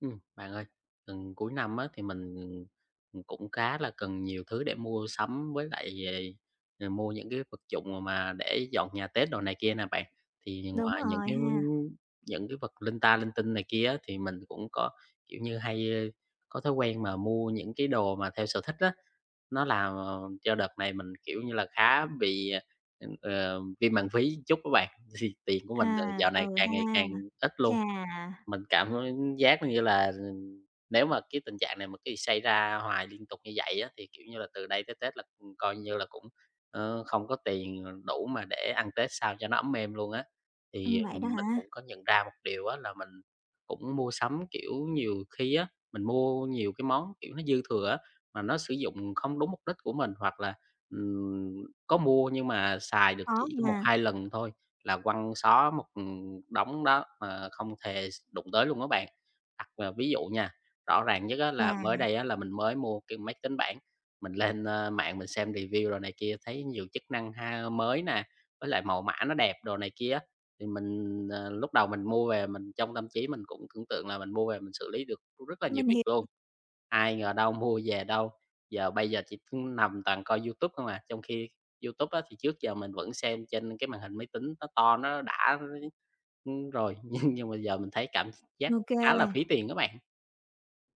Bạn ơi, gần cuối năm á, thì mình cũng khá là cần nhiều thứ để mua sắm với lại, mua những cái vật dụng mà để dọn nhà Tết đồ này kia nè bạn. Thì Đúng ngoài những rồi cái ha. những cái vật linh ta linh tinh này kia á, thì mình cũng có, kiểu như, hay, có thói quen mà mua những cái đồ mà theo sở thích á. Nó làm, cho đợt này mình, kiểu như là, khá bị, viêm màng phí chút các bạn, thì tiền của mình, À, dạo này ừ càng ngày ha. càng ít luôn. Chà, Mình cảm giác như là nếu mà cái tình trạng này mà cái xảy ra hoài liên tục như vậy á, thì, kiểu như là, từ đây tới Tết là, coi như là cũng, không có tiền đủ mà để ăn Tết sao cho nó ấm êm luôn á. Thì, vậy đó mình hả? cũng có nhận ra một điều á là mình cũng mua sắm, kiểu, nhiều khi á, mình mua nhiều cái món, kiểu, nó dư thừa á, mà nó sử dụng không đúng mục đích của mình, hoặc là, ừm, có mua nhưng mà xài được Khó chỉ có ha. 1-2 lần thôi là quăng xó một, đống đó mà không thể đụng tới luôn đó bạn. Đặt, ví dụ nha, rõ ràng nhất á là mới Chà, đây á là mình mới mua cái máy tính bảng, mình lên, mạng mình xem review rồi này kia, thấy nhiều chức năng ha mới nè, với lại màu mã nó đẹp đồ này kia thì mình, lúc đầu mình mua về mình trong tâm trí mình cũng tưởng tượng là mình mua về mình xử lý được rất là nhiều mình việc hiểu. luôn. Ai ngờ đâu mua về đâu, giờ bây giờ chỉ cứ nằm toàn coi YouTube không à, trong khi YouTube á, thì trước giờ mình vẫn xem trên cái màn hình máy tính nó to nó đã, rồi, nhưng mà giờ mình thấy cảm giác khá là phí OK. tiền á bạn.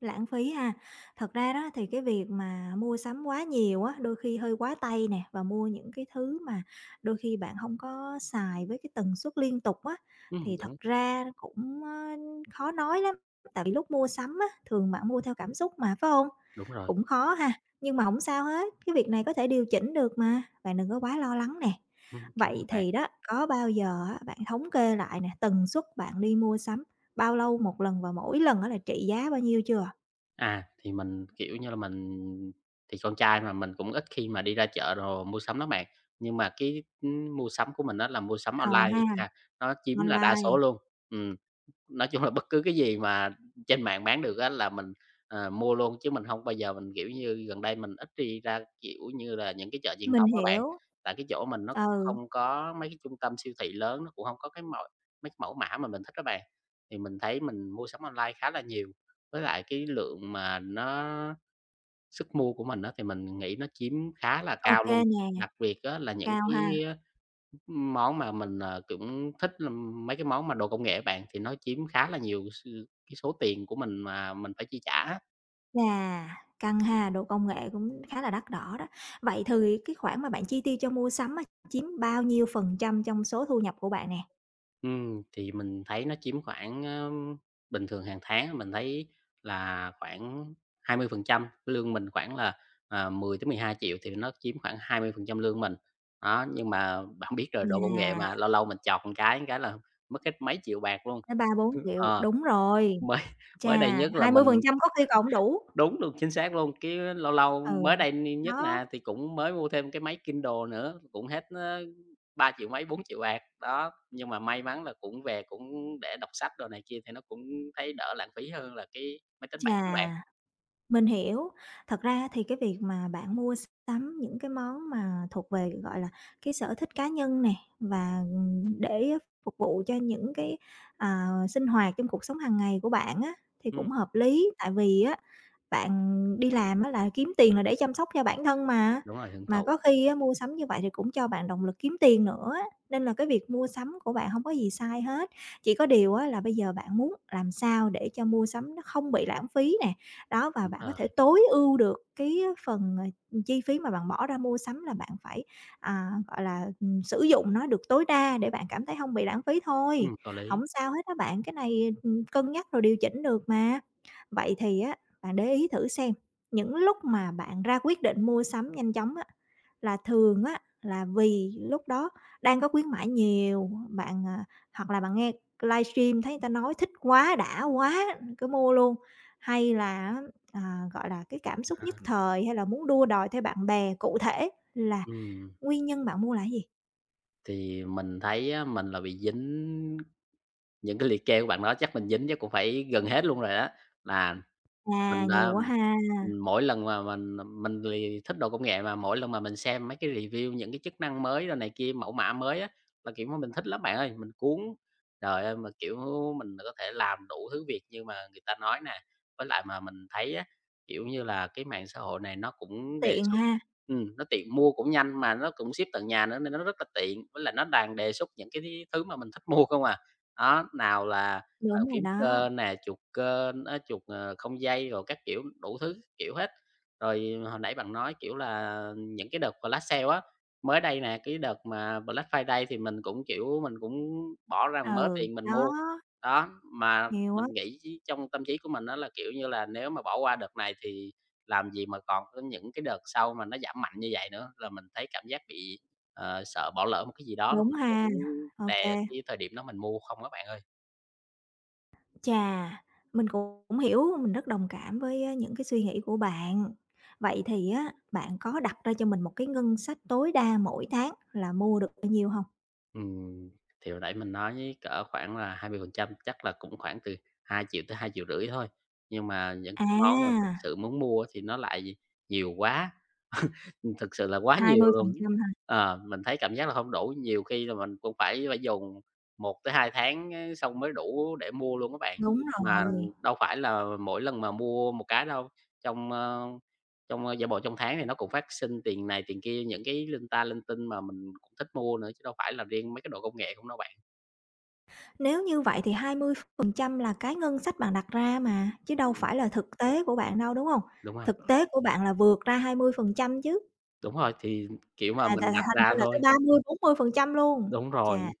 Lãng phí ha. Thật ra đó thì cái việc mà mua sắm quá nhiều á, đôi khi hơi quá tay nè và mua những cái thứ mà đôi khi bạn không có xài với cái tần suất liên tục á, thì Đúng, thật ra cũng, khó nói lắm. Tại vì lúc mua sắm á, thường bạn mua theo cảm xúc mà, phải không? đúng rồi, Cũng khó ha, nhưng mà không sao hết, cái việc này có thể điều chỉnh được mà, bạn đừng có quá lo lắng nè. Cảm ơn Vậy bạn. thì đó, có bao giờ á, bạn thống kê lại nè, tần suất bạn đi mua sắm bao lâu một lần và mỗi lần đó là trị giá bao nhiêu chưa? À, thì mình, kiểu như là, mình thì con trai mà, mình cũng ít khi mà đi ra chợ đồ mua sắm lắm bạn, nhưng mà cái, mua sắm của mình á là mua sắm Ờ online thì ha, nó chiếm là đa số online, luôn. Ừm. Nói chung là bất cứ cái gì mà trên mạng bán được á là mình, mua luôn, chứ mình hông bao giờ mình, kiểu như, gần đây mình ít đi ra, kiểu như là, những cái chợ truyền mình thống á bạn. hiểu. Tại cái chỗ mình nó cũng Ừ, không có mấy cái trung tâm siêu thị lớn, nó cũng hông có cái mẫu mấy cái mẫu mã mà mình thích á bạn. Thì mình thấy mình mua sắm online khá là nhiều, với lại cái lượng mà nó sức mua của mình á, thì mình nghĩ nó chiếm khá là cao OK luôn, nè, đặc biệt á là những cao ha. cái, món mà mình, cũng thích là mấy cái món mà đồ công nghệ á bạn, thì nó chiếm khá là nhiều cái số tiền của mình mà mình phải chi trả á. Chà, căng ha, đồ công nghệ cũng khá là đắt đỏ đó. Vậy thì cái khoản mà bạn chi tiêu cho mua sắm á, chiếm bao nhiêu phần trăm trong số thu nhập của bạn nè? Thì mình thấy nó chiếm khoảng, bình thường hàng tháng mình thấy là khoảng 20% lương mình khoảng là, 10.000.000 12.000 thì nó chiếm khoảng 20% lương mình. Đó, nhưng mà bạn biết rồi, đồ công nghệ mà, Chà, lâu lâu mình chọt một cái là mất hết mấy triệu bạc luôn. tới 3.000.000-4.000.000, Ờ, đúng rồi, mới mới đây chà, nhất là mình 20% có khi còn hổng đủ. đúng luôn, chính xác luôn, cái lâu lâu Ừ, mới đây ni nhất đó, nè, thì cũng mới mua thêm cái máy Kindle nữa, cũng hết, 3.000 mấy, 4 triệu bạc. Đó, nhưng mà may mắn là cũng về cũng để đọc sách đồ này kia thì nó cũng thấy đỡ lãng phí hơn là cái máy tính bảng các bạn. chà. Mình hiểu. Thật ra thì cái việc mà bạn mua sắm những cái món mà thuộc về, gọi là, cái sở thích cá nhân nè, và, ừ, để phục vụ cho những cái, sinh hoạt trong cuộc sống hàng ngày của bạn á, thì Ừm, cũng hợp lý. Tại vì á, bạn đi làm á là kiếm tiền là để chăm sóc cho bản thân đúng rồi, hưởng mà thụ, có khi á mua sắm như vậy thì cũng cho bạn động lực kiếm tiền nữa, nên là cái việc mua sắm của bạn hông có gì sai hết. Chỉ có điều á là bây giờ bạn muốn làm sao để cho mua sắm nó không bị lãng phí nè, đó, và đúng bạn có rồi, thể tối ưu được cái phần, chi phí mà bạn bỏ ra mua sắm là bạn phải, gọi là, sử dụng nó được tối đa để bạn cảm thấy hông bị lãng phí thôi. Có lý. Hổng sao hết á bạn, cái này, cân nhắc rồi điều chỉnh được mà. Vậy thì á bạn để ý thử xem, những lúc mà bạn ra quyết định mua sắm nhanh chóng á, là thường á là vì lúc đó đang có khuyến mãi nhiều, bạn, hoặc là bạn nghe livestream thấy người ta nói thích quá, đã quá, cứ mua luôn, hay là gọi là, cái cảm xúc nhất À, thời hay là muốn đua đòi theo bạn bè, cụ thể là ừm, nguyên nhân bạn mua là cái gì? thì mình thấy á, mình là bị dính những cái liệt kê của bạn nói chắc mình dính chắc cũng phải gần hết luôn rồi đó là Mình À, nhiều đã quá ha, mỗi lần mà mình thì thích đồ công nghệ mà mỗi lần mà mình xem mấy cái review những cái chức năng mới rồi này kia, mẫu mã mới á, là, kiểu, mà mình thích lắm bạn ơi, mình cuốn. Trời ơi, mà, kiểu, mình có thể làm đủ thứ việc như mà người ta nói nè, với lại mà mình thấy á, kiểu như là, cái mạng xã hội này nó cũng đề tiện xuất ha, nó tiện mua cũng nhanh mà nó cũng ship tận nhà nữa nên nó rất là tiện, với lại nó đang đề xuất những cái thứ mà mình thích mua không à. Đó, nào là bàn đúng rồi phím đó, cơ nè, chuột cơ, á, chuột, không dây rồi các kiểu, đủ thứ kiểu hết. Rồi hồi nãy bạn nói, kiểu là, những cái đợt flash sale á, mới đây nè, cái đợt mà Black Friday thì mình cũng, kiểu, mình cũng bỏ ra một mớ ừ, tiền mình đó, mua. Đó, mà nhiều mình á, nghĩ chứ trong tâm trí của mình á là, kiểu như là, nếu mà bỏ qua đợt này thì làm gì mà còn có những cái đợt sau mà nó giảm mạnh như vậy nữa, là mình thấy cảm giác bị, sợ bỏ lỡ một cái gì đó, là đúng mình ha, cũng OK. đè cái thời điểm đó mình mua không á bạn ơi. Chà, mình cũng hiểu, mình rất đồng cảm với, những cái suy nghĩ của bạn. Vậy thì á, bạn có đặt ra cho mình một cái ngân sách tối đa mỗi tháng là mua được bao nhiêu không? Ừm, thì hồi nãy mình nói với cỡ khoảng là 20%, chắc là cũng khoảng từ 2 triệu tới 2,5 triệu thôi, nhưng mà những cái món mà thực À, sự muốn mua thì nó lại nhiều quá, thực sự là quá hai nhiều mươi phần luôn. trăm hả? Mình thấy cảm giác là không đủ, nhiều khi là mình cũng phải phải dùng 1 tới 2 tháng á, xong mới đủ để mua luôn các bạn. Đúng Mà rồi, đâu phải là mỗi lần mà mua một cái đâu, trong, trong, ơ, giả bộ trong tháng thì nó cũng phát sinh tiền này tiền kia, những cái linh ta linh tinh mà mình cũng thích mua nữa, chứ đâu phải là riêng mấy cái đồ công nghệ không đâu bạn. nếu như vậy thì 20% là cái ngân sách bạn đặt ra mà, chứ đâu Ừm, phải là thực tế của bạn đâu, đúng không? đúng rồi, Thực tế của bạn là vượt ra 20% chứ, đúng rồi, thì, kiểu mà, là là mình là đặt thành ra ra là tới thôi. 30-40% luôn. Đúng Chà. rồi.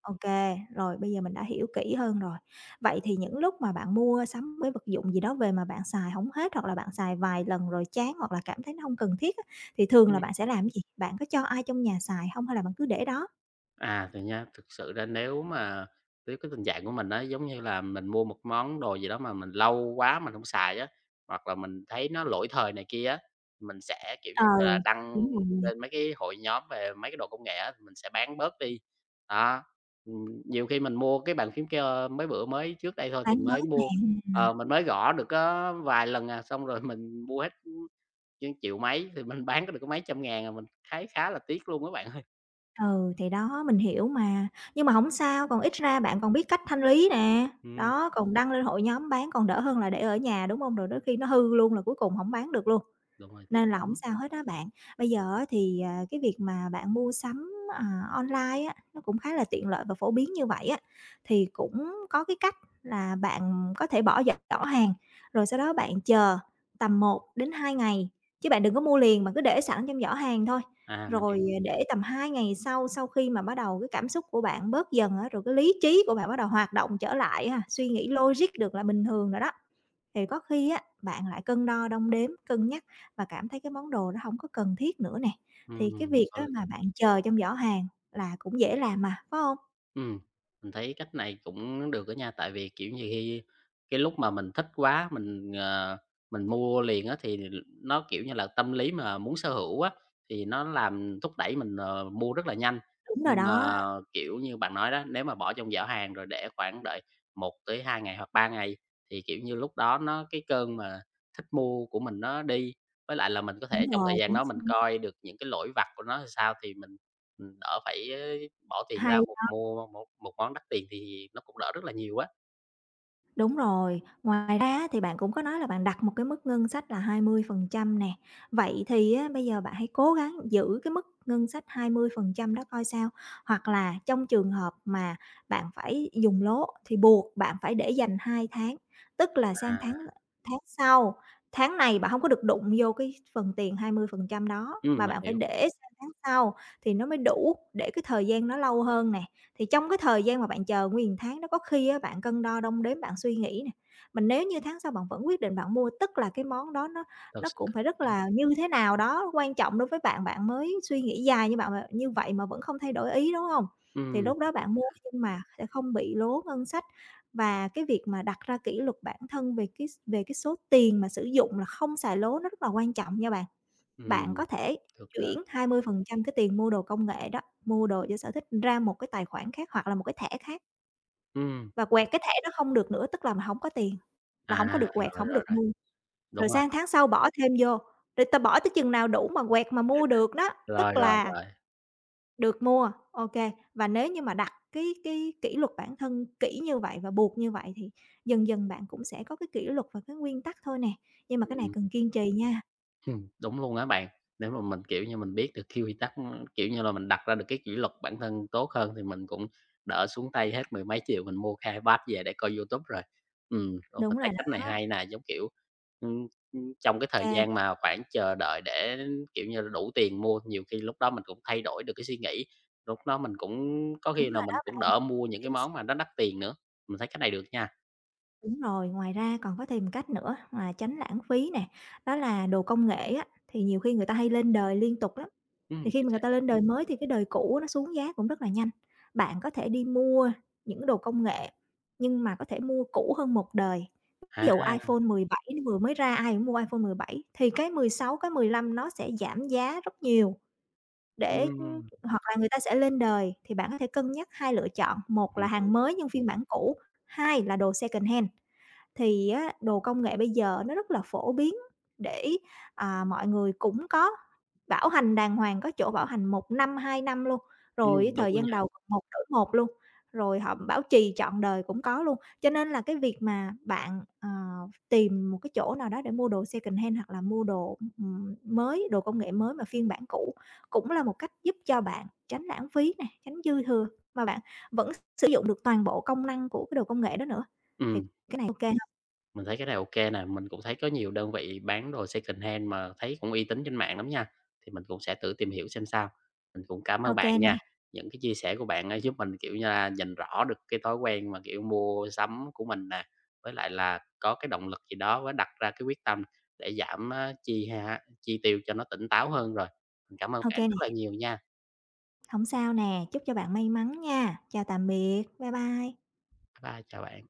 OK, rồi bây giờ mình đã hiểu kỹ hơn rồi. Vậy thì những lúc mà bạn mua sắm với vật dụng gì đó về mà bạn xài không hết, hoặc là bạn xài vài lần rồi chán, hoặc là cảm thấy nó không cần thiết á, thì thường là bạn sẽ làm cái gì? Bạn có cho ai trong nhà xài không hay là bạn cứ để đó? À, thì nha, thực sự ra nếu cái tình trạng của mình á, giống như là mình mua một món đồ gì đó mà mình lâu quá mình không xài á, hoặc là mình thấy nó lỗi thời này kia á, mình sẽ, kiểu như Ừ, là, đăng đúng rồi, lên mấy cái hội nhóm về mấy cái đồ công nghệ á, mình sẽ bán bớt đi. Đó, nhiều khi mình mua cái bàn phím kia mấy bữa mới trước đây thôi thì bán mới bớt nè mua ha. mình mới gõ được có vài lần à, xong rồi mình mua hết, chưng triệu mấy thì mình bán có được có mấy trăm ngàn à, mình thấy khá là tiếc luôn các bạn ơi. Ừ, thì đó, mình hiểu mà. Nhưng mà không sao, còn ít ra bạn còn biết cách thanh lý nè, Ừm, đó, còn đăng lên hội nhóm bán còn đỡ hơn là để ở nhà, đúng không? Rồi đôi khi nó hư luôn là cuối cùng không bán được luôn. đúng rồi, tiếc Nên là hổng lắm. sao hết á bạn. Bây giờ á thì, cái việc mà bạn mua sắm, online á, nó cũng khá là tiện lợi và phổ biến như vậy á, thì cũng có cái cách là bạn có thể bỏ giỏ giỏ hàng, rồi sau đó bạn chờ tầm 1 đến 2 ngày, chứ bạn đừng có mua liền, bạn cứ để sẵn trong giỏ hàng thôi. À, mình hiểu. Rồi, để tầm 2 ngày sau, sau khi mà bắt đầu cái cảm xúc của bạn bớt dần á, rồi cái lý trí của bạn bắt đầu hoạt động trở lại ha, suy nghĩ logic được là bình thường rồi đó, thì có khi á, bạn lại cân đo đong đếm, cân nhắc và cảm thấy cái món đồ nó hổng có cần thiết nữa nè, thì cái việc Có á lý. mà bạn chờ trong giỏ hàng là cũng dễ làm mà, phải hông? Ừm, mình thấy cách này cũng được đó nha, tại vì, kiểu như, khi cái lúc mà mình thích quá, mình mua liền á thì nó, kiểu như là, tâm lý mà muốn sở hữu á, thì nó làm thúc đẩy mình, mua rất là nhanh. Đúng rồi Nhưng đó, mà, kiểu như, bạn nói đó, nếu mà bỏ trong giỏ hàng rồi để khoảng đợi 1 tới 2 ngày hoặc 3 ngày thì, kiểu như, lúc đó nó cái cơn mà thích mua của mình nó đi, với lại là mình có thể đúng trong thời rồi, gian chính đó mình xác. coi được những cái lỗi vặt của nó là sao thì mình đỡ phải bỏ tiền ra Hay. Mua một một món đắt tiền thì nó cũng đỡ rất là nhiều á. Đúng rồi, ngoài ra thì bạn cũng có nói là bạn đặt một cái mức ngân sách là 20% nè. Vậy thì á, bây giờ bạn hãy cố gắng giữ cái mức ngân sách 20% đó coi sao. Hoặc là trong trường hợp mà bạn phải dùng lố thì buộc bạn phải để dành 2 tháng, tức là sang À, tháng tháng sau, tháng này bạn không có được đụng vô cái phần tiền 20% đó, mà mình bạn phải hiểu, để sang tháng sau thì nó mới đủ để cái thời gian nó lâu hơn nè. Thì trong cái thời gian mà bạn chờ nguyên tháng đó có khi á, bạn cân đo đong đếm, bạn suy nghĩ nè, mình nếu như tháng sau bạn vẫn quyết định bạn mua, tức là cái món đó nó thực nó sự cũng cần phải rất thiết. là như thế nào đó quan trọng đối với bạn, bạn mới suy nghĩ dài như bạn mà như vậy mà vẫn không thay đổi ý, đúng không? Thì lúc đó Được, bạn mua nhưng mà sẽ không bị lố ngân sách và cái việc mà đặt ra kỷ luật bản thân về cái số tiền mà sử dụng là không xài lố nó rất là quan trọng nha bạn. Bạn ừm, có thể thực ra chuyển 20% cái tiền mua đồ công nghệ đó, mua đồ cho sở thích ra một cái tài khoản khác hoặc là một cái thẻ khác ừm, và quẹt cái thẻ đó không được nữa, tức là hổng có tiền, là à, hổng có được quẹt, rồi, hổng rồi, được rồi, mua. đúng Rồi rồi, sang tháng sau bỏ thêm vô, rồi ta bỏ tới chừng nào đủ mà quẹt mà mua được đó, rồi, tức rồi, là rồi, được mua, ô kê. Và nếu như mà đặt cái kỷ luật bản thân kỹ như vậy và buộc như vậy thì dần dần bạn cũng sẽ có cái kỷ luật và cái nguyên tắc thôi nè, nhưng mà cái này ừm. cần kiên trì nha. Đúng luôn á bạn. Nếu mà mình, kiểu như, mình biết được cái quy tắc, kiểu như là, mình đặt ra được cái kỷ luật bản thân tốt hơn thì mình cũng đỡ xuống tay hết 10 mấy triệu mình mua cái iPad về để coi YouTube rồi. Ô, Đúng mình thấy rồi cách này đó, ô hay nè, giống kiểu, ưm, ưm, trong cái thời kê, gian mà khoảng chờ đợi để, kiểu như là, đủ tiền mua, nhiều khi lúc đó mình cũng thay đổi được cái suy nghĩ, lúc đó mình cũng có đúng khi là rồi mình đó, cũng đỡ mua những cái chính. món mà nó đắt tiền nữa. Mình thấy cách này được nha. Đúng rồi, ngoài ra còn có thêm một cách nữa là tránh lãng phí nè, đó là đồ công nghệ á, thì nhiều khi người ta hay lên đời liên tục lắm. Thì khi Chính mà người xác. ta lên đời mới thì cái đời cũ nó xuống giá cũng rất là nhanh. Bạn có thể đi mua những đồ công nghệ nhưng mà có thể mua cũ hơn một đời. Ví À, dụ iPhone 17 nó vừa mới ra ai cũng mua iPhone 17 thì cái 16, cái 15 nó sẽ giảm giá rất nhiều để ừm, hoặc là người ta sẽ lên đời thì bạn có thể cân nhắc hai lựa chọn, một mình là hiểu. hàng mới nhưng phiên bản cũ, hai là đồ second hand thì á, đồ công nghệ bây giờ nó rất là phổ biến để, mọi người cũng có bảo hành đàng hoàng, có chỗ bảo hành 1 năm, 2 năm luôn, rồi Đúng thời đó gian nha. đầu còn một đổi một luôn, rồi họ bảo trì trọn đời cũng có luôn. Cho nên là cái việc mà bạn, tìm một cái chỗ nào đó để mua đồ secondhand hoặc là mua đồ, mới, đồ công nghệ mới mà phiên bản cũ cũng là một cách giúp cho bạn tránh lãng phí nè, tránh dư thừa, mà bạn vẫn sử dụng được toàn bộ công năng của cái đồ công nghệ đó nữa, thì Ừm. cái này OK. Mình thấy cái này ok kê nè, mình cũng thấy có nhiều đơn vị bán đồ secondhand mà thấy cũng uy tín trên mạng lắm nha, thì mình cũng sẽ thử tìm hiểu xem sao. Mình cũng cảm ơn OK bạn nè, nha, những cái chia sẻ của bạn á giúp mình, kiểu như là, nhìn rõ được cái thói quen mà, kiểu, mua sắm của mình nè, với lại là có cái động lực gì đó với đặt ra cái quyết tâm để giảm, á, chi tiêu cho nó tỉnh táo hơn rồi. Mình cảm ơn OK bạn rất nè, là nhiều nha. không sao nè, chúc cho bạn may mắn nha. Chào tạm biệt, bye bye. Bye bye, chào bạn.